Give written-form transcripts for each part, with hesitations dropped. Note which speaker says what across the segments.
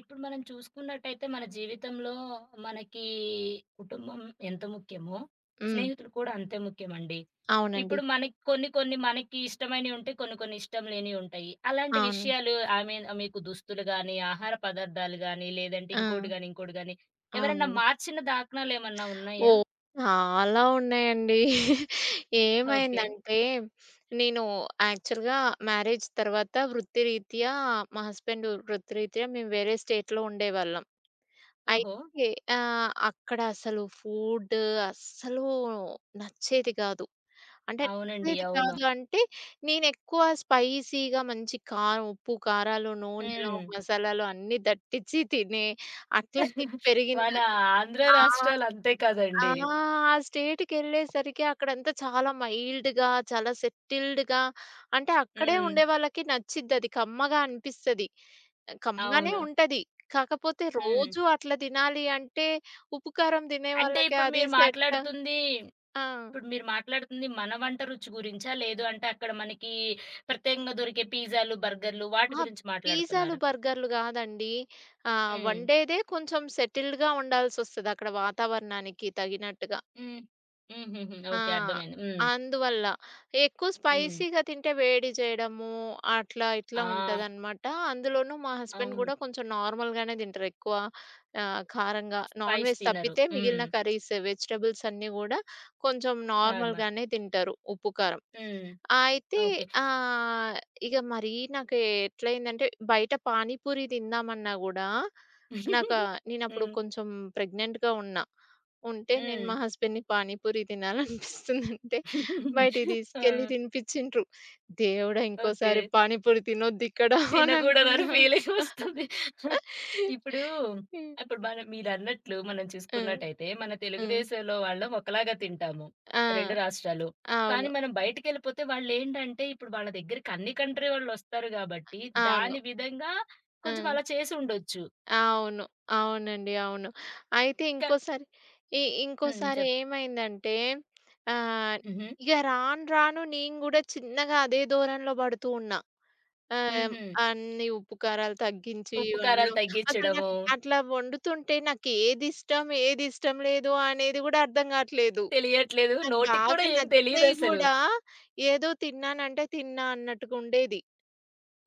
Speaker 1: ఇప్పుడు మనం చూసుకున్నట్టయితే మన జీవితంలో మనకి కుటుంబం ఎంత ముఖ్యమో,
Speaker 2: హ్మ్.
Speaker 1: స్నేహితులు కూడా అంతే ముఖ్యమండి.
Speaker 2: అవునండి.
Speaker 1: ఇప్పుడు మనకి కొన్ని కొన్ని మనకి ఇష్టమైనవి ఉంటాయి. కొన్ని కొన్ని ఇష్టం లేనివి ఉంటాయి. అలాంటి
Speaker 2: అవును.
Speaker 1: విషయాలు ఐ మీన్ మీకు దుస్తులు గాని, ఆహార పదార్థాలు గాని, లేదంటే
Speaker 2: ఆ!
Speaker 1: ఇంకోటి గాని ఎవరైనా
Speaker 2: అవునండి.
Speaker 1: మార్చిన దాఖనాలు ఏమన్నా ఉన్నాయా?
Speaker 2: ఓహ్! చాలా ఉన్నాయండి.
Speaker 1: ఓకే.
Speaker 2: ఏమైందంటే, నేను యాక్చువల్‌గా మ్యారేజ్ తర్వాత మా హస్బెండ్ వృత్తిరీత్యా మేము వేరే స్టేట్‌లో ఉండేవాళ్ళం.
Speaker 1: ఓహో!
Speaker 2: అయితే అక్కడ అసలు ఫుడ్ అస్సలు నచ్చేది గాదు. అంటే
Speaker 1: అవునండి.
Speaker 2: నచ్చేది
Speaker 1: అవును.
Speaker 2: కాదు అంటే, నేనెక్కువ స్పైసీగా మంచి కారం, ఉప్పు, కారాలు, నూనెలు,
Speaker 1: హ్మ్.
Speaker 2: మసాలాలు అన్నీ దట్టిచ్చి అట్లా తిని
Speaker 1: మన
Speaker 2: పెరిగిందాన్ని.
Speaker 1: ఆంధ్ర
Speaker 2: ఆ!
Speaker 1: రాష్ట్రాలు అంతే
Speaker 2: ఆ!
Speaker 1: కదండీ!
Speaker 2: ఆ స్టేట్‌కెళ్ళేసరికి అక్కడంతా చాలా మైల్డ్‌గా, చాలా సెటిల్డ్‌గా అంటే అక్కడే
Speaker 1: హ్మ్.
Speaker 2: ఉండేవాళ్ళకి నచ్చిద్దది. కమ్మగా అనిపిస్తది. కమ్మగానే
Speaker 1: అవును.
Speaker 2: ఉంటది. కాకపోతే
Speaker 1: హ్మ్.
Speaker 2: రోజు అట్లా తినాలి అంటే ఉప్పు, కారం తినే
Speaker 1: అంటే
Speaker 2: వాళ్ళకి అది సెట్. ఆ!
Speaker 1: ఇప్పుడు మీరు మాట్లాడుతుంది మన వంట రుచి గురించా? లేదు అంటే అక్కడ మనకి ప్రత్యేకంగా దొరికే పిజ్జాలు, బర్గర్‌లు వాటి
Speaker 2: అహా!
Speaker 1: గురించి
Speaker 2: పిజ్జాలు,
Speaker 1: మాట్లాడుతున్నారు.
Speaker 2: బర్గర్‌లు గాదండి.
Speaker 1: హ్మ్.
Speaker 2: వండేదే కొంచెం సెటిల్డ్‌గా ఉండాల్సొస్తది అక్కడ వాతావరణానికి తగినట్టుగా.
Speaker 1: హ్మ్. హుహుహు.
Speaker 2: ఆ!
Speaker 1: ఓకే. అర్థమైంది. హ్మ్.
Speaker 2: అందువల్ల, ఎక్కువ
Speaker 1: హ్మ్.
Speaker 2: స్పైసీగా తింటే వేడి చేయడము, అట్లా ఇట్లా
Speaker 1: ఆ!
Speaker 2: ఉంటదనమాట. అందులోనూ మా హస్బెండ్
Speaker 1: అవును.
Speaker 2: గూడా కొంచెం నార్మల్‌గానే తింటారు. ఎక్కువ కారంగా నాన్
Speaker 1: స్పైస్
Speaker 2: వెజ్
Speaker 1: తినరు.
Speaker 2: తప్పితే
Speaker 1: హ్మ్.
Speaker 2: మిగిలిన కర్రీస్, వెజిటబుల్స్ అన్నీ గూడా కొంచెం
Speaker 1: నార్మల్.
Speaker 2: నార్మల్‌గానే తింటారు. ఉప్పు, కారం.
Speaker 1: హ్మ్.
Speaker 2: అయితే
Speaker 1: ఓకే.
Speaker 2: ఆహ్, ఇగ మరీ నాకు ఎట్లయిందంటే బయట పానీపూరి తిందామన్నా గూడా నాకు నేనప్పుడు
Speaker 1: హ్మ్.
Speaker 2: కొంచెం ప్రెగ్నెంట్‌గా ఉన్నా. ఉంటే నేను
Speaker 1: హ్మ్.
Speaker 2: మా హస్బెండ్‌ని పానీపూరి తినాలనిపిస్తుందంటే బయటికి
Speaker 1: ఆ!
Speaker 2: తీసుకెళ్ళి తినిపించిండ్రు. దేవుడా!
Speaker 1: ఓకే.
Speaker 2: ఇంకోసారి పానీపూరి తినొద్దిక్కడ అని
Speaker 1: తినగూడదని
Speaker 2: అనుకున్నా.
Speaker 1: ఫీలింగ్ వస్తుంది. ఇప్పుడు,
Speaker 2: హ్మ్.
Speaker 1: ఇప్పుడు మనం మీరన్నట్లు మనం
Speaker 2: ఆ!
Speaker 1: చూసుకున్నట్టయితే, మన
Speaker 2: ఆ!
Speaker 1: తెలుగుదేశంలో వాళ్ళం ఒకలాగా తింటాము.
Speaker 2: ఆ!
Speaker 1: 2 రాష్ట్రాలు. కానీ
Speaker 2: అవును.
Speaker 1: మనం బయటికెళ్ళిపోతే వాళ్ళేంటంటే, ఇప్పుడు వాళ్ళ దగ్గరికి అన్ని కంట్రీ వాళ్ళొస్తారు గాబట్టి,
Speaker 2: అవును.
Speaker 1: దాని విధంగా
Speaker 2: ఆ!
Speaker 1: కొంచెం అలా చేసుండొచ్చు.
Speaker 2: అవును. అవునండి. అవును. అయితే
Speaker 1: క
Speaker 2: ఇంకోసారి ఇ
Speaker 1: హ్మ్.
Speaker 2: ఇంకోసారి ఏమైందంటే ఆహ్,
Speaker 1: హుహు.
Speaker 2: ఇగ రాను రాను నేను గూడా చిన్నగా అదే ధోరణిలో పడుతూ ఉన్నా. ఆహ్,
Speaker 1: హుహు.
Speaker 2: అన్ని ఉప్పు కారాలు తగ్గించి
Speaker 1: ఉప్పు కారాలు
Speaker 2: వండడం. అసలు
Speaker 1: తగ్గిచ్చడము,
Speaker 2: నాకు అట్లా వండుతుంటే నాకు ఏదిష్టం, ఏదిష్టం లేదు అనేది గూడా అర్థం గాట్లేదు.
Speaker 1: తెలియట్లేదు.
Speaker 2: నాకు
Speaker 1: నోటికి కూడా
Speaker 2: బాగా
Speaker 1: ఏం
Speaker 2: నచ్చినయి
Speaker 1: తెలీదసలు.
Speaker 2: గూడా ఏదో తిన్నానంటే తిన్నా అన్నట్టుగుండేది.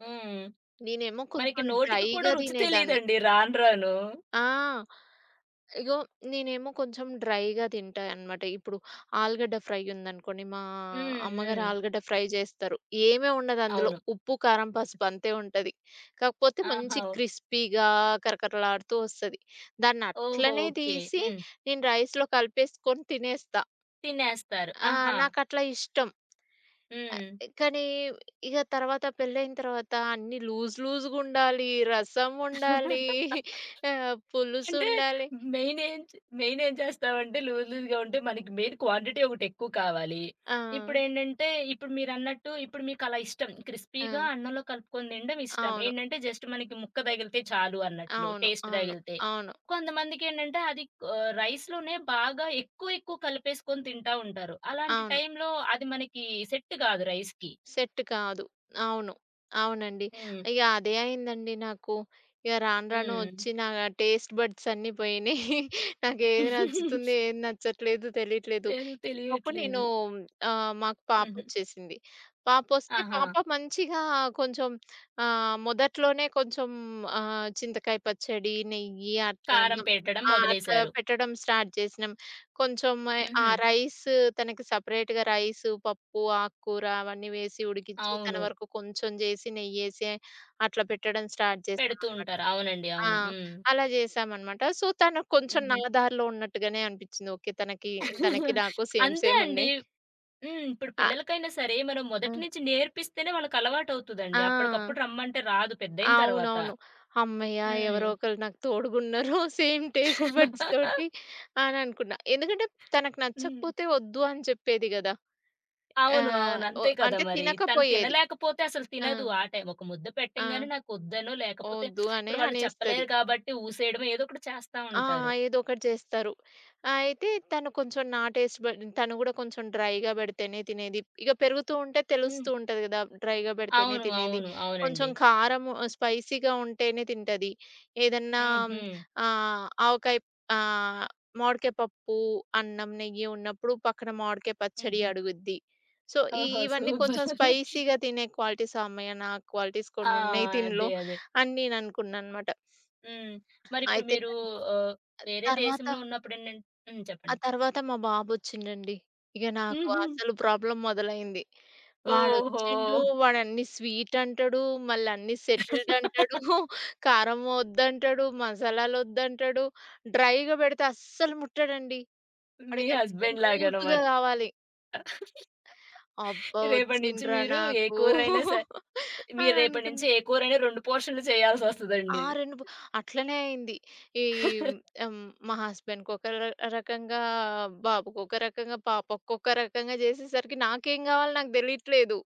Speaker 1: హ్మ్.
Speaker 2: నేనేమో
Speaker 1: మనకి
Speaker 2: కొంచెం
Speaker 1: నోటికి కూడా
Speaker 2: డ్రైగా
Speaker 1: రుచి
Speaker 2: తినేదాన్ని.
Speaker 1: తెలీదండి రాను రాను.
Speaker 2: ఆ! ఇగో నేనేమో కొంచెం డ్రైగా తింటా అన్నమాట. ఇప్పుడు ఆలుగడ్డ ఫ్రై ఉందనుకోండి, మా
Speaker 1: హ్మ్.
Speaker 2: అమ్మగారు
Speaker 1: హ్మ్.
Speaker 2: ఆలుగడ్డ ఫ్రై చేస్తారు. ఏమీ ఉండదు అందులో.
Speaker 1: అవును.
Speaker 2: ఉప్పు, కారం, పసుపు అంతే ఉంటది. కాకపోతే
Speaker 1: ఆహా!
Speaker 2: మంచి
Speaker 1: ఓ-
Speaker 2: క్రిస్పీగా కరకరలాడుతూ వస్తది. దాన్ని
Speaker 1: ఓహో!
Speaker 2: అట్లనే
Speaker 1: ఓకే.
Speaker 2: తీసి
Speaker 1: హ్మ్.
Speaker 2: నేను రైస్‌లో కలిపేసుకొని తినేస్తా.
Speaker 1: తినేస్తారు. ఆహా!
Speaker 2: నాకట్లా ఇష్టం. ఆహ్,
Speaker 1: హ్మ్.
Speaker 2: కానీ ఇగ తర్వాత పెళ్లయిన తర్వాత అన్నీ లూజ్ లూజ్‌గుండాలి, రసం ఉండాలి,
Speaker 1: అంటే
Speaker 2: పులుసుండాలి.
Speaker 1: మెయిన్ ఏం చేస్తామంటే లూజ్ లూజ్‌గా ఉంటే మనకి మెయిన్ క్వాంటిటీ ఒకటి ఎక్కువ కావాలి.
Speaker 2: ఆ!
Speaker 1: ఇప్పుడేంటంటే ఇప్పుడు మీరన్నట్టు ఇప్పుడు మీకలా ఇష్టం.
Speaker 2: ఆ!
Speaker 1: క్రిస్పీ‌గా అన్నంలో కలుపుకొని తినడం ఇష్టం.
Speaker 2: అవును.
Speaker 1: ఏంటంటే జస్ట్ మనకి ముక్క తగిలితే చాలు అన్నట్లు
Speaker 2: అవును.
Speaker 1: టేస్ట్
Speaker 2: అవును.
Speaker 1: తగిలితే.
Speaker 2: అవును.
Speaker 1: కొంతమందికేంటంటే అది రైస్‌లోనే బాగా ఎక్కువ ఎక్కువ కలిపేసుకొని తింటా ఉంటారు. అలాంటి
Speaker 2: అవును.
Speaker 1: టైంలో అది మనకి సెట్ కాదు రైస్‌కి.
Speaker 2: సెట్ కాదు. అవును. అవునండి.
Speaker 1: హ్మ్.
Speaker 2: ఇగ అదే అయిందండి నాకు. ఇగ రాను రాను
Speaker 1: హ్మ్.
Speaker 2: వచ్చి నా టేస్ట్ బడ్స్ అన్నీ పోయినయి. నాకేది నచ్చుతుంది, ఏది నచ్చట్లేదు తెలియట్లేదు.
Speaker 1: లేదు
Speaker 2: ఈలోపు నేను
Speaker 1: తెలియట్లేదు.
Speaker 2: మాకు
Speaker 1: హుహు.
Speaker 2: పాపొచ్చేసింది. పాపొస్తే
Speaker 1: ఆహా!
Speaker 2: పాప మంచిగా కొంచెం మొదట్లోనే కొంచెం చింతకాయ పచ్చడి, నెయ్యి అట్లా
Speaker 1: కారం
Speaker 2: అన్నం.
Speaker 1: పెట్టడం
Speaker 2: ఆ! అట్లా
Speaker 1: మొదలేశారు.
Speaker 2: పెట్టడం స్టార్ట్ చేసినాం. కొంచెం ఆ
Speaker 1: హుహు.
Speaker 2: రైస్ తనకి సెపరేట్‌గా రైసు, పప్పు, ఆకుకూర అవన్నీ వేసి ఉడికిచ్చి తన
Speaker 1: అవును.
Speaker 2: వరకు కొంచెం జేసి, నెయ్యేసి అట్లా పెట్టడం స్టార్ట్
Speaker 1: పెడుతూ
Speaker 2: చేశామనమాట.
Speaker 1: ఉంటారు. అవునండి.
Speaker 2: ఆ!
Speaker 1: అవును. హ్మ్.
Speaker 2: అలా జేశామనమాట. సో, తను కొంచెం
Speaker 1: హుహు.
Speaker 2: నా దారిలో ఉన్నట్టుగానే అనిపిచ్చింది. ఓకే. తనకి నాకు సేమ్
Speaker 1: అంతే
Speaker 2: సేమ్
Speaker 1: అండి.
Speaker 2: ఉన్నాయి.
Speaker 1: హ్మ్. ఇప్పుడు
Speaker 2: ఆ!
Speaker 1: పిల్లలకైనా సరే మనం మొదటి
Speaker 2: హ్మ్.
Speaker 1: నుంచి నేర్పిస్తేనే వాళ్ళకి
Speaker 2: ఆ!
Speaker 1: అలవాటవుతదండి. అప్పటికప్పుడు రమ్మంటే రాదు పెద్దయిన తర్వాత.
Speaker 2: అవునవును. హమ్మయ్య!
Speaker 1: హ్మ్.
Speaker 2: ఎవరో ఒకళ్ళు నాకు తోడుగున్నారు. సేమ్ టేస్ట్
Speaker 1: హ్మ్.
Speaker 2: బడ్స్ తోటి అని అనుకున్నా. ఎందుకంటే తనకు నచ్చకపోతే వద్దు అని చెప్పేది గదా! ఆ!
Speaker 1: అవును. అవును.
Speaker 2: ఓ
Speaker 1: అంతే కదా!
Speaker 2: అంటే
Speaker 1: మరి. తను
Speaker 2: తినకపోయేది.
Speaker 1: తినలేకపోతే అసలు
Speaker 2: ఆ!
Speaker 1: తినదు. ఆ టైం ఒక ముద్ద
Speaker 2: ఆ!
Speaker 1: పెట్టంగానే నాకొద్దనో, లేకపోతే
Speaker 2: ఒద్దు అనే
Speaker 1: ఇప్పుడు వాళ్ళు
Speaker 2: అనేస్తది.
Speaker 1: చెప్పలేరు కాబట్టి ఊసేయడమో ఏదో ఒకటి చేస్తా
Speaker 2: ఆ!
Speaker 1: ఉంటారు.
Speaker 2: ఏదో ఒకటి చేస్తారు. అయితే తను కొంచెం నా టేస్ట్ బడ్ తను గూడా కొంచెం డ్రైగా బెడితేనే తినేది. ఇక పెరుగుతూ ఉంటే
Speaker 1: హ్మ్.
Speaker 2: తెలుస్తూ ఉంటది గదా! డ్రైగా బెడితేనే
Speaker 1: అవును.
Speaker 2: తినేది.
Speaker 1: అవును.
Speaker 2: కొంచెం
Speaker 1: అవునండి.
Speaker 2: కారం స్పైసీగా ఉంటేనే తింటది. ఏదన్నా
Speaker 1: హుహు.
Speaker 2: ఆవకాయ, ఆహ్, మామిడికాయ పప్పు, అన్నం, నెయ్యి ఉన్నప్పుడు పక్కన మామిడికాయ పచ్చడి
Speaker 1: హుహు.
Speaker 2: అడుగుద్ది. సో, ఈ
Speaker 1: ఓహో!
Speaker 2: ఇవన్నీ కొంచెం
Speaker 1: సూపర్.
Speaker 2: స్పైసీగా తినే క్వాలిటీస్ ఆ అమ్మాయి. నా క్వాలిటీస్
Speaker 1: ఆ!
Speaker 2: కొన్నున్నయి
Speaker 1: అదే.
Speaker 2: తినలో
Speaker 1: అదే.
Speaker 2: అని నేననుకున్నాననమాట.
Speaker 1: హ్మ్. మరిప్పుడు
Speaker 2: అయితే
Speaker 1: మీరు ఆహ్, వేరే
Speaker 2: తర్వాత
Speaker 1: దేశంలో ఉన్నప్పుడేంటంటే హ్మ్.
Speaker 2: ఆ
Speaker 1: చెప్పండి.
Speaker 2: తర్వాత మా బాబొచ్చిండండి. ఇక నాకు
Speaker 1: హుహు.
Speaker 2: అసలు ప్రాబ్లమ్ మొదలైంది.
Speaker 1: ఓహో!
Speaker 2: వాడొచ్చిండు, వాడన్ని స్వీట్ అంటడు, మళ్ళన్నీ సెటిల్డ్ అంటడు, కారం వద్దంటడు, మసాలాలొద్దంటడు. డ్రైగా పెడితే అస్సలు ముట్టడండి.
Speaker 1: మీ
Speaker 2: వాడికన్నీ
Speaker 1: హస్బెండ్
Speaker 2: లూజుగా
Speaker 1: లాగనమాట.
Speaker 2: కావాలి. అబ్బా!
Speaker 1: రేపటి నుంచి
Speaker 2: వచ్చిండ్రా
Speaker 1: మీరు ఏ
Speaker 2: నాకు
Speaker 1: కూరైనా సరే మీరు
Speaker 2: అని
Speaker 1: రేపటి నుంచి
Speaker 2: అనుకున్నా.
Speaker 1: ఏ కూరైనా 2 పోర్షన్‌లు
Speaker 2: ఆ!
Speaker 1: చేయాల్సొస్తదండి.
Speaker 2: 2 బు అట్లనే అయింది. ఈ మా హస్బెండ్‌కి ఒక రకంగా, బాబుకి ఒక రకంగా, పాపకి ఒక రకంగా జేసేసరికి నాకేం గావాలో నాకు దెలియట్లేదు.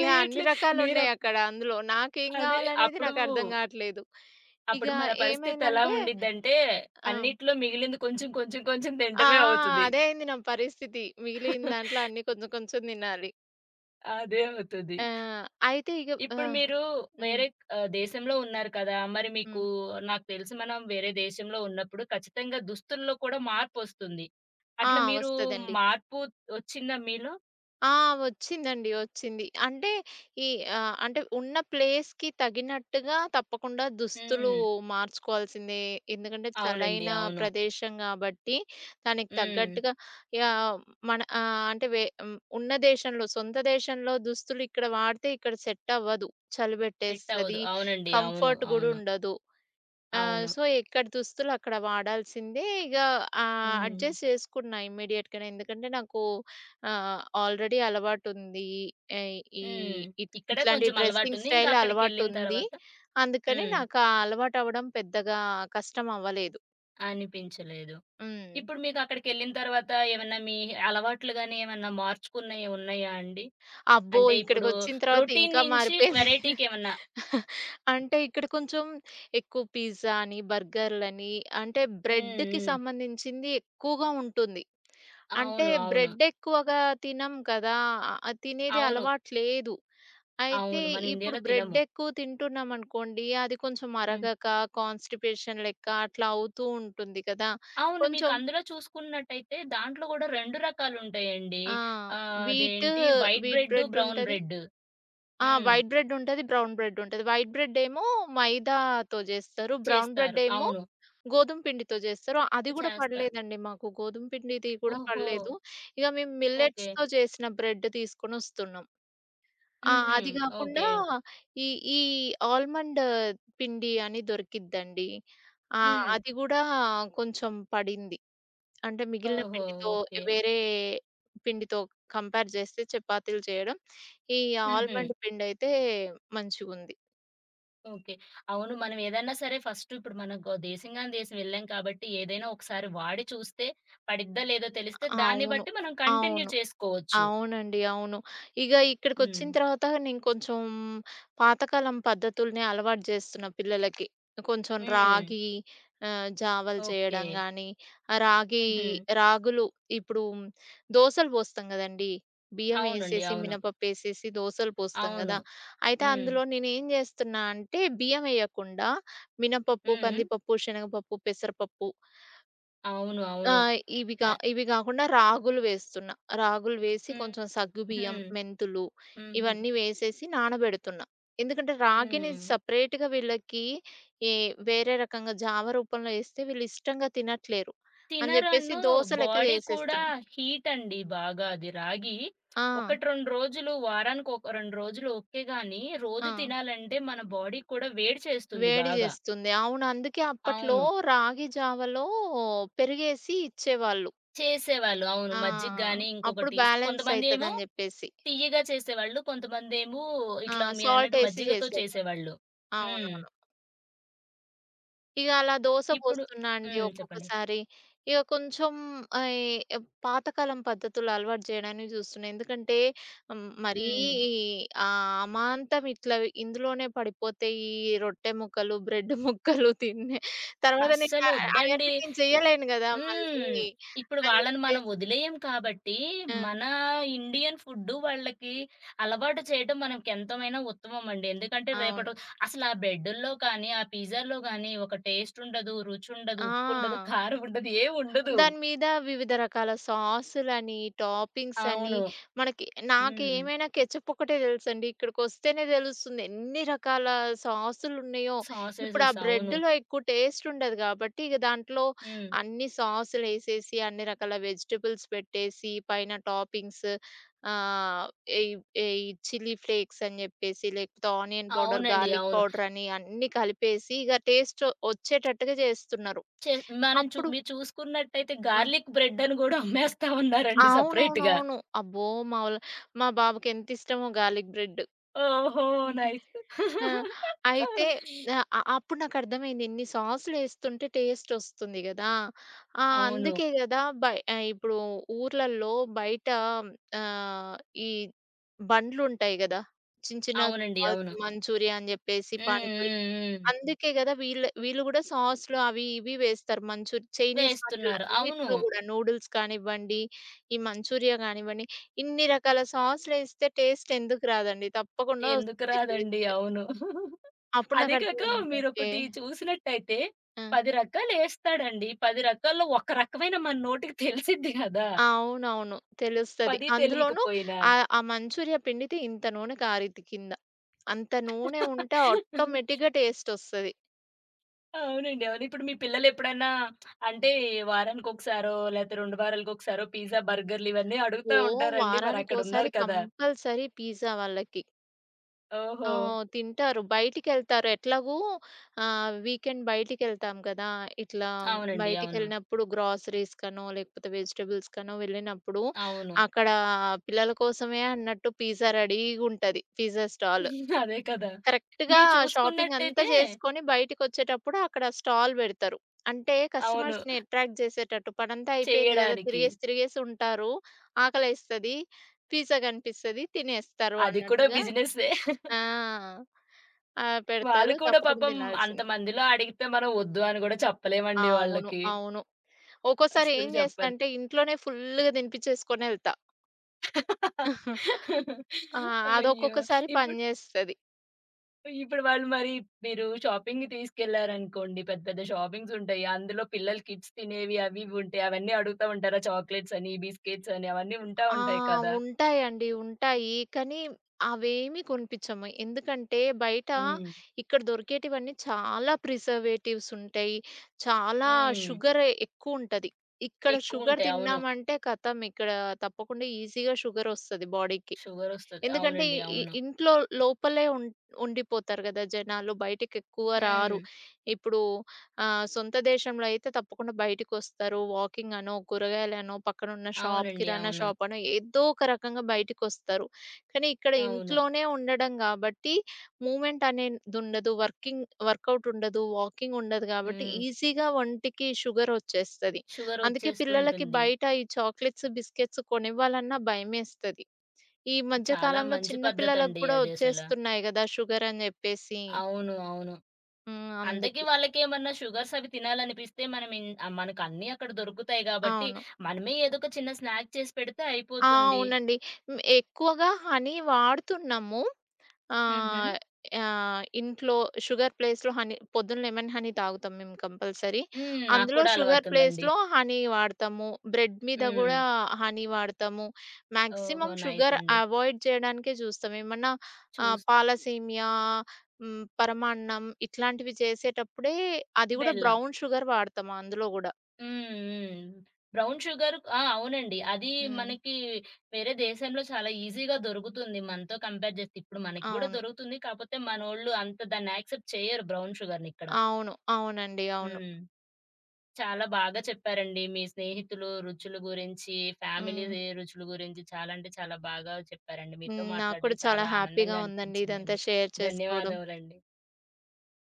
Speaker 2: ఇగ అన్ని రకాలున్నాయి
Speaker 1: మీరప్
Speaker 2: అక్కడ అందులో. నాకేం
Speaker 1: అదే
Speaker 2: గావాలనేది
Speaker 1: అప్పుడు,
Speaker 2: నాకర్థం గావట్లేదు. ఇగ
Speaker 1: అప్పుడు మన పరిస్థితెలా
Speaker 2: ఏమైందంటే
Speaker 1: ఉండిద్దంటే,
Speaker 2: ఆ!
Speaker 1: అన్నిట్లో మిగిలింది కొంచెం, కొంచెం, కొంచెం
Speaker 2: ఆ!
Speaker 1: తినటమే అవుతది.
Speaker 2: అదే అయింది నా పరిస్థితి. మిగిలిన దాంట్లో అన్నీ కొంచెం కొంచెం తినాలి.
Speaker 1: అదే అవుతది.
Speaker 2: ఆ! అయితే ఇగ ఆ!
Speaker 1: ఇప్పుడు మీరు
Speaker 2: హ్మ్.
Speaker 1: వేరే దేశంలో ఉన్నారు కదా! మరి మీకు
Speaker 2: హ్మ్.
Speaker 1: నాకు తెలిసి మనం వేరే దేశంలో ఉన్నప్పుడు ఖచ్చితంగా దుస్తుల్లో కూడా మార్పొస్తుంది.
Speaker 2: ఆ!
Speaker 1: అట్లా మీరు
Speaker 2: వస్తదండి.
Speaker 1: మార్పు వచ్చిందా మీలో?
Speaker 2: ఆ! వచ్చిందండి. వచ్చింది. అంటే ఈ ఆహ్, అంటే ఉన్న ప్లేస్‌కి తగినట్టుగా తప్పకుండా దుస్తులు
Speaker 1: హ్మ్.
Speaker 2: మార్చుకోవాల్సిందే. ఎందుకంటే
Speaker 1: అవునండి.
Speaker 2: చలైన
Speaker 1: అవును.
Speaker 2: ప్రదేశం గాబట్టి దానికి
Speaker 1: హ్మ్.
Speaker 2: తగ్గట్టుగా యాహ్! మన అంటే వే హ్మ్. ఉన్న దేశంలో సొంత దేశంలో దుస్తులు ఇక్కడ వాడితే ఇక్కడ సెట్ అవ్వదు. చలి
Speaker 1: సెట్ అవ్వదు.
Speaker 2: బెట్టేస్తది.
Speaker 1: అవునండి. అవును.
Speaker 2: కంఫర్ట్ గూడా
Speaker 1: అవును.
Speaker 2: ఉండదు. ఆ!
Speaker 1: అవును.
Speaker 2: సో, ఎక్కడ దుస్తులు అక్కడ వాడాల్సిందే. ఇగ
Speaker 1: హ్మ్.
Speaker 2: అడ్జస్ట్ చేసుకున్నా ఇమ్మీడియేట్‌గానే. ఎందుకంటే నాకు ఆల్రెడీ అలవాటుంది. ఆహ్, ఈ
Speaker 1: హ్మ్.
Speaker 2: ఇట్
Speaker 1: ఇక్కడే
Speaker 2: ఇట్లాంటి
Speaker 1: కొంచెం
Speaker 2: డ్రెస్సింగ్
Speaker 1: అలవాటుంది. ఇంకా
Speaker 2: స్టైల్
Speaker 1: అక్కడికెళ్ళిన
Speaker 2: అలవాటుంది.
Speaker 1: తర్వాత
Speaker 2: అందుకని
Speaker 1: హ్మ్.
Speaker 2: నాకు ఆ అలవాటవ్వడం పెద్దగా కష్టం అవ్వలేదు.
Speaker 1: అనిపించలేదు.
Speaker 2: హ్మ్.
Speaker 1: ఇప్పుడు మీకు అక్కడికెళ్ళిన తర్వాత ఏమన్నా మీ అలవాట్లు గాని ఏమన్నా మార్చుకున్నయి ఉన్నాయా అండి?
Speaker 2: అబ్బో!
Speaker 1: అంటే ఇప్పుడు
Speaker 2: ఇక్కడికొచ్చిన తర్వాత
Speaker 1: రొటీన్
Speaker 2: ఇంకా
Speaker 1: నుంచి
Speaker 2: మారిపోయింది.
Speaker 1: వేరైటీకేమన్నా
Speaker 2: అంటే ఇక్కడ కొంచెం ఎక్కువ పిజ్జా అని, బర్గర్‌లని, అంటే
Speaker 1: హ్మ్.
Speaker 2: బ్రెడ్‌కి
Speaker 1: హ్మ్.
Speaker 2: సంబంధించింది ఎక్కువగా ఉంటుంది. అంటే
Speaker 1: అవును. అవును.
Speaker 2: బ్రెడ్ ఎక్కువగా తినం కదా! తినేది
Speaker 1: అవును.
Speaker 2: అలవాటు లేదు. అయితే
Speaker 1: అవును. మనం
Speaker 2: ఇప్పుడు
Speaker 1: ఇండియాలో
Speaker 2: బ్రెడ్
Speaker 1: తినము.
Speaker 2: ఎక్కువ తింటున్నామనుకోండి, అది కొంచెం
Speaker 1: హ్మ్.
Speaker 2: అరగక, కాన్‌స్టిపేషన్ లెక్క అట్లా అవుతూ ఉంటుంది కదా!
Speaker 1: అవును. మీకు
Speaker 2: కొంచెం
Speaker 1: అందులో చూసుకున్నట్టయితే దాంట్లో గూడా 2 రకాలుంటాయండి.
Speaker 2: ఆ! వీట్,
Speaker 1: అదేంటి white
Speaker 2: wheat
Speaker 1: bread,
Speaker 2: bread
Speaker 1: brown
Speaker 2: ఉంటది.
Speaker 1: బ్రెడ్.
Speaker 2: ఆ!
Speaker 1: హ్మ్.
Speaker 2: వైట్ బ్రెడ్ ఉంటది, బ్రౌన్ బ్రెడ్ ఉంటది. వైట్ బ్రెడ్ ఏమో మైదాతో జేస్తారు. బ్రౌన్
Speaker 1: చేస్తారు.
Speaker 2: బ్రెడ్ ఏమో
Speaker 1: అవును.
Speaker 2: గోధుమ పిండితో జేస్తారు. అది గూడా
Speaker 1: చేస్తారు.
Speaker 2: పడలేదండి మాకు. గోధుమ పిండిది కూడా
Speaker 1: ఓహో!
Speaker 2: పడలేదు. ఇక మేము
Speaker 1: ఓకే.
Speaker 2: మిల్లెట్స్‌తో చేసిన బ్రెడ్ తీసుకొనొస్తున్నాం. ఆ!
Speaker 1: హుహు.
Speaker 2: అది గాకుండా
Speaker 1: ఓకే.
Speaker 2: ఈ ఈ ఆల్మండ్ పిండి అని దొరికిద్దండి. ఆ!
Speaker 1: హ్మ్.
Speaker 2: అది గూడా కొంచెం పడింది. అంటే మిగిలిన
Speaker 1: ఓహో!
Speaker 2: పిండితో
Speaker 1: ఓకే.
Speaker 2: వేరే పిండితో కంపేర్ జేస్తే చపాతీలు చేయడం, ఈ
Speaker 1: హుహు.
Speaker 2: ఆల్మండ్ పిండయితే మంచిగుంది.
Speaker 1: ఓకే. అవును. మనం ఏదన్నా సరే ఫస్ట్ ఇప్పుడు మనం గ దేశంగాని దేశం వెళ్ళాం కాబట్టి ఏదైనా ఒకసారి వాడి చూస్తే పడిద్దా లేదో తెలిస్తే దాన్ని
Speaker 2: అవును.
Speaker 1: బట్టి మనం కంటిన్యూ
Speaker 2: అవును.
Speaker 1: చేసుకోవచ్చు.
Speaker 2: అవునండి. అవును. ఇగ ఇక్కడికొచ్చిన
Speaker 1: హ్మ్.
Speaker 2: తర్వాత నేను కొంచెం పాతకాలం పద్ధతుల్నే అలవాటు జేస్తున్నా పిల్లలకి. కొంచెం
Speaker 1: హ్మ్.
Speaker 2: రాగి జావలు
Speaker 1: ఓకే.
Speaker 2: చేయడం గానీ, రాగి
Speaker 1: హుహు.
Speaker 2: రాగులు ఇప్పుడు దోసలు పోస్తాం గదండీ! బియ్యం
Speaker 1: అవునండి.
Speaker 2: యేసేసి,
Speaker 1: అవును.
Speaker 2: మినపప్పేసేసి దోసలు పోస్తాం
Speaker 1: అవును.
Speaker 2: గదా! అయితే
Speaker 1: హ్మ్.
Speaker 2: అందులో నేనేం జేస్తున్నా అంటే బియ్యం యేయకుండా మినపప్పు,
Speaker 1: హ్మ్.
Speaker 2: కందిపప్పు, శనగపప్పు, పెసరపప్పు.
Speaker 1: అవును.
Speaker 2: ఆ!
Speaker 1: అవును. ఆహ్,
Speaker 2: ఇవి గాకుండా రాగులు వేస్తున్నా. రాగులు వేసి
Speaker 1: హ్మ్.
Speaker 2: కొంచెం సగ్గుబియ్యం,
Speaker 1: హ్మ్.
Speaker 2: మెంతులు
Speaker 1: హుహు.
Speaker 2: ఇవన్నీ వేసేసి నానబెడుతున్నా. ఎందుకంటే రాగిని
Speaker 1: హ్మ్.
Speaker 2: సెపరేట్‌గా వీళ్ళకి ఈ వేరే రకంగా జావ రూపంలో ఏస్తే వీళ్ళు ఇష్టంగా తినట్లేరు అని జెప్పేసి
Speaker 1: తినరన్ను
Speaker 2: దోస లెక్క
Speaker 1: బాడీ కూడా
Speaker 2: జేసేస్తున్నా.
Speaker 1: హీట్ అండి బాగా అది రాగి.
Speaker 2: ఆ!
Speaker 1: 1, 2 రోజులు వారానికి ఒక 2 రోజులు ఓకే గానీ,
Speaker 2: ఆ!
Speaker 1: రోజు తినాలంటే మన బాడీ కూడా వేడి చేస్తుంది
Speaker 2: వేడి
Speaker 1: బాగా.
Speaker 2: జేస్తుంది. అవును. అందుకే అప్పట్లో
Speaker 1: అవును.
Speaker 2: రాగి జావలో పెరుగేసి ఇచ్చేవాళ్ళు.
Speaker 1: చేసేవాళ్ళు. అవును.
Speaker 2: ఆ!
Speaker 1: మజ్జిగ గాని
Speaker 2: అప్పుడు
Speaker 1: ఇంకొకటి స్
Speaker 2: బ్యాలెన్స్
Speaker 1: కొంతమందేమో
Speaker 2: అయితదని జెప్పేసి.
Speaker 1: తియ్యగా చేసేవాళ్ళు. కొంతమందేమో
Speaker 2: ఆ!
Speaker 1: ఇట్లా
Speaker 2: సాల్ట్
Speaker 1: మీరన్నట్టు
Speaker 2: ఏసి
Speaker 1: మజ్జిగతో
Speaker 2: జేసేవాళ్ళు.
Speaker 1: చేసేవాళ్ళు. హ్మ్.
Speaker 2: అవునవును. ఇగ అలా దోస
Speaker 1: ఇప్పుడు
Speaker 2: పోస్తున్నా అండి
Speaker 1: హ్మ్. చెప్పండి.
Speaker 2: ఒక్కొక్కసారి. ఇగ కొంచెం ఆహ్, ఎ పాతకాలం పద్ధతులు అలవాటు చేయడానికి చూస్తున్నా. ఎందుకంటే హ్మ్, మరీ
Speaker 1: హ్మ్.
Speaker 2: అమాంతం ఇట్లా ఇందులోనే పడిపోతే ఈ రొట్టె ముక్కలు, బ్రెడ్ ముక్కలు తినే తర్వాత నేను
Speaker 1: అస్సలు
Speaker 2: అ
Speaker 1: ఒద్దండి.
Speaker 2: అయన్నీ నేను చేయలేను గదా
Speaker 1: హ్మ్.
Speaker 2: మళ్ళీ
Speaker 1: ఇప్పుడు
Speaker 2: అని
Speaker 1: వాళ్ళని మనం
Speaker 2: చెప్పేసి.
Speaker 1: వదిలేయం కాబట్టి,
Speaker 2: ఆ!
Speaker 1: మన ఇండియన్ ఫుడ్డు వాళ్ళకి అలవాటు చేయటం మనకెంతమైనా ఉత్తమమండి. ఎందుకంటే
Speaker 2: అవును.
Speaker 1: రేపటి అసలా బ్రెడ్డుల్లో కానీ, ఆ పిజ్జాల్లో గానీ ఒక టేస్టుండదు, రుచుండదు,
Speaker 2: ఆ!
Speaker 1: ఉప్పుండదు, కారముండదు ఏవుండదు.
Speaker 2: దాని మీద వివిధ రకాల సాసులని, టాపింగ్సని,
Speaker 1: అవును.
Speaker 2: మనకి
Speaker 1: హ్మ్.
Speaker 2: నాకేమైనా కెచప్ ఒక్కటే తెలుసండి. ఇక్కడికొస్తేనే తెలుస్తుంది ఎన్ని రకాల సాసులున్నయో. ఇప్పుడు ఆ
Speaker 1: సాసేసెస్ అవును.
Speaker 2: బ్రెడ్‌లో ఎక్కువ టేస్ట్ ఉండదు గాబట్టి, ఇగ దాంట్లో
Speaker 1: హ్మ్.
Speaker 2: అన్ని సాసులేసేసి, అన్ని రకాల వెజిటబుల్స్ పెట్టేసి, పైన టాపింగ్స్, ఆహ్, ఈ ఈ చిల్లీ ఫ్లేక్స్ అని జెప్పేసి, లేకపోతే ఆనియన్ పౌడర్,
Speaker 1: అవునండి.
Speaker 2: గార్లిక్
Speaker 1: అవును.
Speaker 2: పౌడరని అన్నీ కలిపేసి, ఇగ టేస్ట్ ఒచ్చేటట్టుగా జేస్తున్నారు.
Speaker 1: చే మనం చూ
Speaker 2: అప్పుడు
Speaker 1: మీరు చూసుకున్నట్టయితే
Speaker 2: ఆ!
Speaker 1: గార్లిక్ బ్రెడ్డని గూడా అమ్మేస్తా ఉన్నారండి సపరేట్‌గా.
Speaker 2: అవునవునవును. అబ్బో! మాములు మా బాబుకి ఎంతిష్టమో గార్లిక్ బ్రెడ్.
Speaker 1: ఓహో! నైస్.
Speaker 2: ఆ! అయితే ఆహ్, అ అప్పుడు నాకర్థమైంది ఇన్ని సాసులేస్తుంటే టేస్టొస్తుంది గదా! ఆ!
Speaker 1: అవును.
Speaker 2: అందుకే గదా! ఇప్పుడు ఊర్లల్లో బయట ఆహ్, ఈ బండ్లుంటాయి గదా! చిన్న చిన్న
Speaker 1: అవునండి. అవును.
Speaker 2: స్టాల్స్ మంచూరియా అని జెప్పేసి
Speaker 1: హ్మ్.
Speaker 2: పానీపూరి,
Speaker 1: హ్మ్. హ్మ్.
Speaker 2: అందుకే గదా వీళ్ళు వీళ్ళు గూడా సాస్‌లు అవి ఇవి వేస్తారు. మంచూ చైనీస్
Speaker 1: వేస్తున్నారు. అవును.
Speaker 2: వాటిలన్నిట్లో గూడా నూడిల్స్ కానివ్వండి, మంచూరియా గానివ్వండి, ఇన్ని రకాల సాస్‌లేస్తే టేస్ట్ ఎందుకు రాదండి? తప్పకుండా
Speaker 1: ఎందుకు
Speaker 2: వస్తది
Speaker 1: రాదండి.
Speaker 2: టేస్ట్.
Speaker 1: అవును.
Speaker 2: అప్పుడు
Speaker 1: అదే కాక
Speaker 2: నాకర్థమైంది. ఓకే.
Speaker 1: మీరొకటి చూసినట్టయితే
Speaker 2: ఆ!
Speaker 1: 10 రకాలేస్తాడండి. 10 రకాల్లో ఒక రకమైన మన నోటికి తెలిసిద్ది గదా!
Speaker 2: ఆ! అవునవును. తెలుస్తది.
Speaker 1: 10
Speaker 2: అందులోనూ
Speaker 1: తెలియకపోయినా.
Speaker 2: ఆ మంచూరియా పిండితే ఇంత నూనె కారిద్ది కింద. అంత నూనె ఉంటే ఆటోమేటిక్‌గా టేస్టొస్తది.
Speaker 1: అవునండి. అవును. ఇప్పుడు మీ పిల్లలెప్పుడన్నా అంటే వారానికొకసారో లేతే 2 వారాలకొకసారో పిజ్జా, బర్గర్‌లు ఇవన్నీ అడుగుతా
Speaker 2: ఓహ్!
Speaker 1: ఉంటారండి.
Speaker 2: వారానికోసారి
Speaker 1: మరక్కడున్నారు కదా!
Speaker 2: కంపల్సరీ పిజ్జా వాళ్ళకి. ఆ!
Speaker 1: ఓహో!
Speaker 2: తింటారు. బయటికెళ్తారు. ఎట్లాగూ వీకెండ్ బయటికెళ్తాం గదా! ఇట్లా
Speaker 1: అవునండి. అవును.
Speaker 2: బయటికెళ్ళినప్పుడు గ్రాసరీస్ కనో, లేకపోతే వెజిటబుల్స్ కనో వెళ్ళినప్పుడు,
Speaker 1: అవును.
Speaker 2: అక్కడ పిల్లల కోసమే అన్నట్టు పిజ్జా రెడీగుంటది. పిజ్జా స్టాల్
Speaker 1: అదే కదా!
Speaker 2: కరెక్ట్‌గా
Speaker 1: మీరు
Speaker 2: షాపింగ్ అంతా
Speaker 1: చూసుకున్నట్టయితే
Speaker 2: చేసుకొని బయటికొచ్చేటప్పుడు అక్కడ స్టాల్ బెడతారు. అంటే
Speaker 1: అవును.
Speaker 2: కస్టమర్స్‌ని అట్రాక్ట్ జేసేటట్టు. పనంతా అయిపోయింది గదా!
Speaker 1: చెయ్యడానికి.
Speaker 2: తిరిగేసి తిరిగేసి ఉంటారు. ఆకలేస్తది. పిజ్జా గనిపిస్తది. తినేస్తారు
Speaker 1: అది కూడా
Speaker 2: అన్నట్టుగా.
Speaker 1: బిజినెస్సే.
Speaker 2: ఆ! ఆ!
Speaker 1: వాళ్ళు
Speaker 2: పెడతారు.
Speaker 1: కూడా
Speaker 2: తప్పకుండా
Speaker 1: పాపం
Speaker 2: తినాల్సింది.
Speaker 1: అంతమందిలో అడిగితే మనం వద్దు అని కూడా చెప్పలేమండి
Speaker 2: అవును.
Speaker 1: వాళ్ళకి.
Speaker 2: అవును. ఒక్కోసారి
Speaker 1: అస్సలు
Speaker 2: ఏం చేస్తా
Speaker 1: చెప్పను.
Speaker 2: అంటే ఇంట్లోనే ఫుల్‌గా తినిపించేసుకొనెళ్తా. ఆ!
Speaker 1: అయ్యో!
Speaker 2: అదొక్కొక్కసారి పని
Speaker 1: ఇప్పుడు
Speaker 2: చేస్తది.
Speaker 1: ఇప్పుడు వాళ్ళు మరి మీరు షాపింగ్‌కి తీసుకెళ్లారనుకోండి. పెద్ద పెద్ద షాపింగ్స్ ఉంటాయి. అందులో పిల్లలు కిడ్స్ తినేవి అవి ఇవి ఉంటాయి. అవన్నీ అడుగుతా ఉంటారా? చాక్లేట్స్ అని, బిస్కెట్స్ అని అవన్నీ ఉంటా
Speaker 2: ఆ!
Speaker 1: ఉంటాయి కదా!
Speaker 2: ఉంటాయండి. ఉంటాయి. కానీ అవేమీ కొనిపించము. ఎందుకంటే బయట
Speaker 1: హ్మ్.
Speaker 2: ఇక్కడ దొరికేటివన్నీ చాలా ప్రిజర్వేటివ్స్ ఉంటాయి. చాలా
Speaker 1: హ్మ్.
Speaker 2: షుగర్ ఎక్కువుంటది. ఇక్కడ షుగర్
Speaker 1: ఎక్కువుంటాయి. అవును.
Speaker 2: తిన్నామంటే ఖతం. ఇక్కడ తప్పకుండా ఈజీగా షుగరొస్తది బాడీకి.
Speaker 1: షుగరొస్తది.
Speaker 2: ఎందుకంటే
Speaker 1: అవునండి.
Speaker 2: ఇ
Speaker 1: అవును.
Speaker 2: ఇంట్లో లోపలే ఉండిపోతారు గదా జనాలు. బయటికెక్కువ రారు.
Speaker 1: హ్మ్.
Speaker 2: ఇప్పుడు సొంత దేశంలో అయితే తప్పకుండా బయటికొస్తారు. వాకింగ్ అనో, కూరగాయలనో, పక్కనున్న షాప్,
Speaker 1: అవునండి.
Speaker 2: కిరాణా
Speaker 1: అవును.
Speaker 2: షాప్ అనో ఏదో ఒక రకంగా బయటికొస్తారు. కానీ ఇక్కడ
Speaker 1: అవును.
Speaker 2: ఇంట్లోనే ఉండడం గాబట్టి మూవ్‌మెంట్ అనేదుండదు. వర్కౌట్ ఉండదు. వాకింగ్ ఉండదు గాబట్టి
Speaker 1: హ్మ్.
Speaker 2: ఈజీగా ఒంటికి షుగరొచ్చేస్తది. అందుకే
Speaker 1: షుగరొచ్చేస్తూ
Speaker 2: పిల్లలకి
Speaker 1: ఉంటుంది.
Speaker 2: బయట ఈ చాక్లెట్స్, బిస్కెట్స్ కొనివ్వాలన్నా భయమేస్తది. ఈ మధ్య
Speaker 1: చాలా
Speaker 2: కాలంలో
Speaker 1: మంచి
Speaker 2: చిన్న పిల్లలకు
Speaker 1: పద్ధతండి
Speaker 2: కూడా
Speaker 1: అదసల.
Speaker 2: వచ్చేస్తున్నాయి గదా! షుగర్ అని జెప్పేసి.
Speaker 1: అవును. అవును.
Speaker 2: హ్మ్.
Speaker 1: అంతకి
Speaker 2: అందుకే.
Speaker 1: వాళ్ళకేమన్నా షుగర్స్ అవి తినాలనిపిస్తే మనం ఇన్ మనకన్నీ అక్కడ దొరుకుతాయి గాబట్టి,
Speaker 2: అవును.
Speaker 1: మనమే ఏదో ఒక చిన్న స్నాక్ చేసి పెడితే
Speaker 2: ఆ!
Speaker 1: అయిపోతుంది.
Speaker 2: అవునండి. హ్మ్. ఎక్కువగా హనీ వాడుతున్నాము.
Speaker 1: హుహు.
Speaker 2: ఆహ్, ఆహ్, ఇంట్లో షుగర్ ప్లేస్‌లో హనీ, పొద్దున్న లెమన్ హనీ తాగుతాం మేము కంపల్సరీ.
Speaker 1: హ్మ్. నాకు
Speaker 2: అందులో
Speaker 1: కూడా
Speaker 2: షుగర్
Speaker 1: అలవాటుందండి.
Speaker 2: ప్లేస్‌లో హనీ వాడతాము. బ్రెడ్ మీద గూడా
Speaker 1: హ్మ్.
Speaker 2: హనీ వాడతాము.
Speaker 1: ఓహో!
Speaker 2: మాక్సిమం
Speaker 1: నైస్
Speaker 2: షుగర్
Speaker 1: అండి.
Speaker 2: అవాయిడ్ చేయడానికే చూస్తాం. ఏమన్నా
Speaker 1: చూస్
Speaker 2: పాల సేమియా, హ్మ్, పరమాన్నం ఇట్లాంటివి చేసేటప్పుడే అది గూడా
Speaker 1: బెల్లం.
Speaker 2: బ్రౌన్ షుగర్ వాడతాము అందులో గూడా.
Speaker 1: హ్మ్. హ్మ్. బ్రౌన్ షుగర్ ఆ! అవునండి. అది
Speaker 2: హ్మ్.
Speaker 1: మనకి వేరే దేశంలో చాలా ఈజీగా దొరుకుతుంది మనతో కంపేర్ చేస్తే. ఇప్పుడు మనకి గూడా
Speaker 2: అవును.
Speaker 1: దొరుకుతుంది. కాకపోతే మనోళ్ళు అంత దాన్ని యాక్సెప్ట్ చేయరు బ్రౌన్ షుగర్‌నిక్కడ.
Speaker 2: అవును. అవునండి. అవును.
Speaker 1: హ్మ్. చాలా బాగా చెప్పారండి. మీ స్నేహితులు రుచుల గురించి, ఫ్యామిలీ
Speaker 2: హ్మ్.
Speaker 1: రుచుల గురించి చాలా అంటే చాలా బాగా చెప్పారండి.
Speaker 2: హ్మ్.
Speaker 1: మీతో
Speaker 2: నాకు
Speaker 1: మాట్లాడడం
Speaker 2: కూడా చాలా
Speaker 1: చాలా
Speaker 2: హ్యాపీగా
Speaker 1: ఆనందంగా
Speaker 2: ఉందండి ఇదంతా
Speaker 1: అనిపించిందండి.
Speaker 2: షేర్ చేసుకోవడం.
Speaker 1: ధన్యవాదాలండి.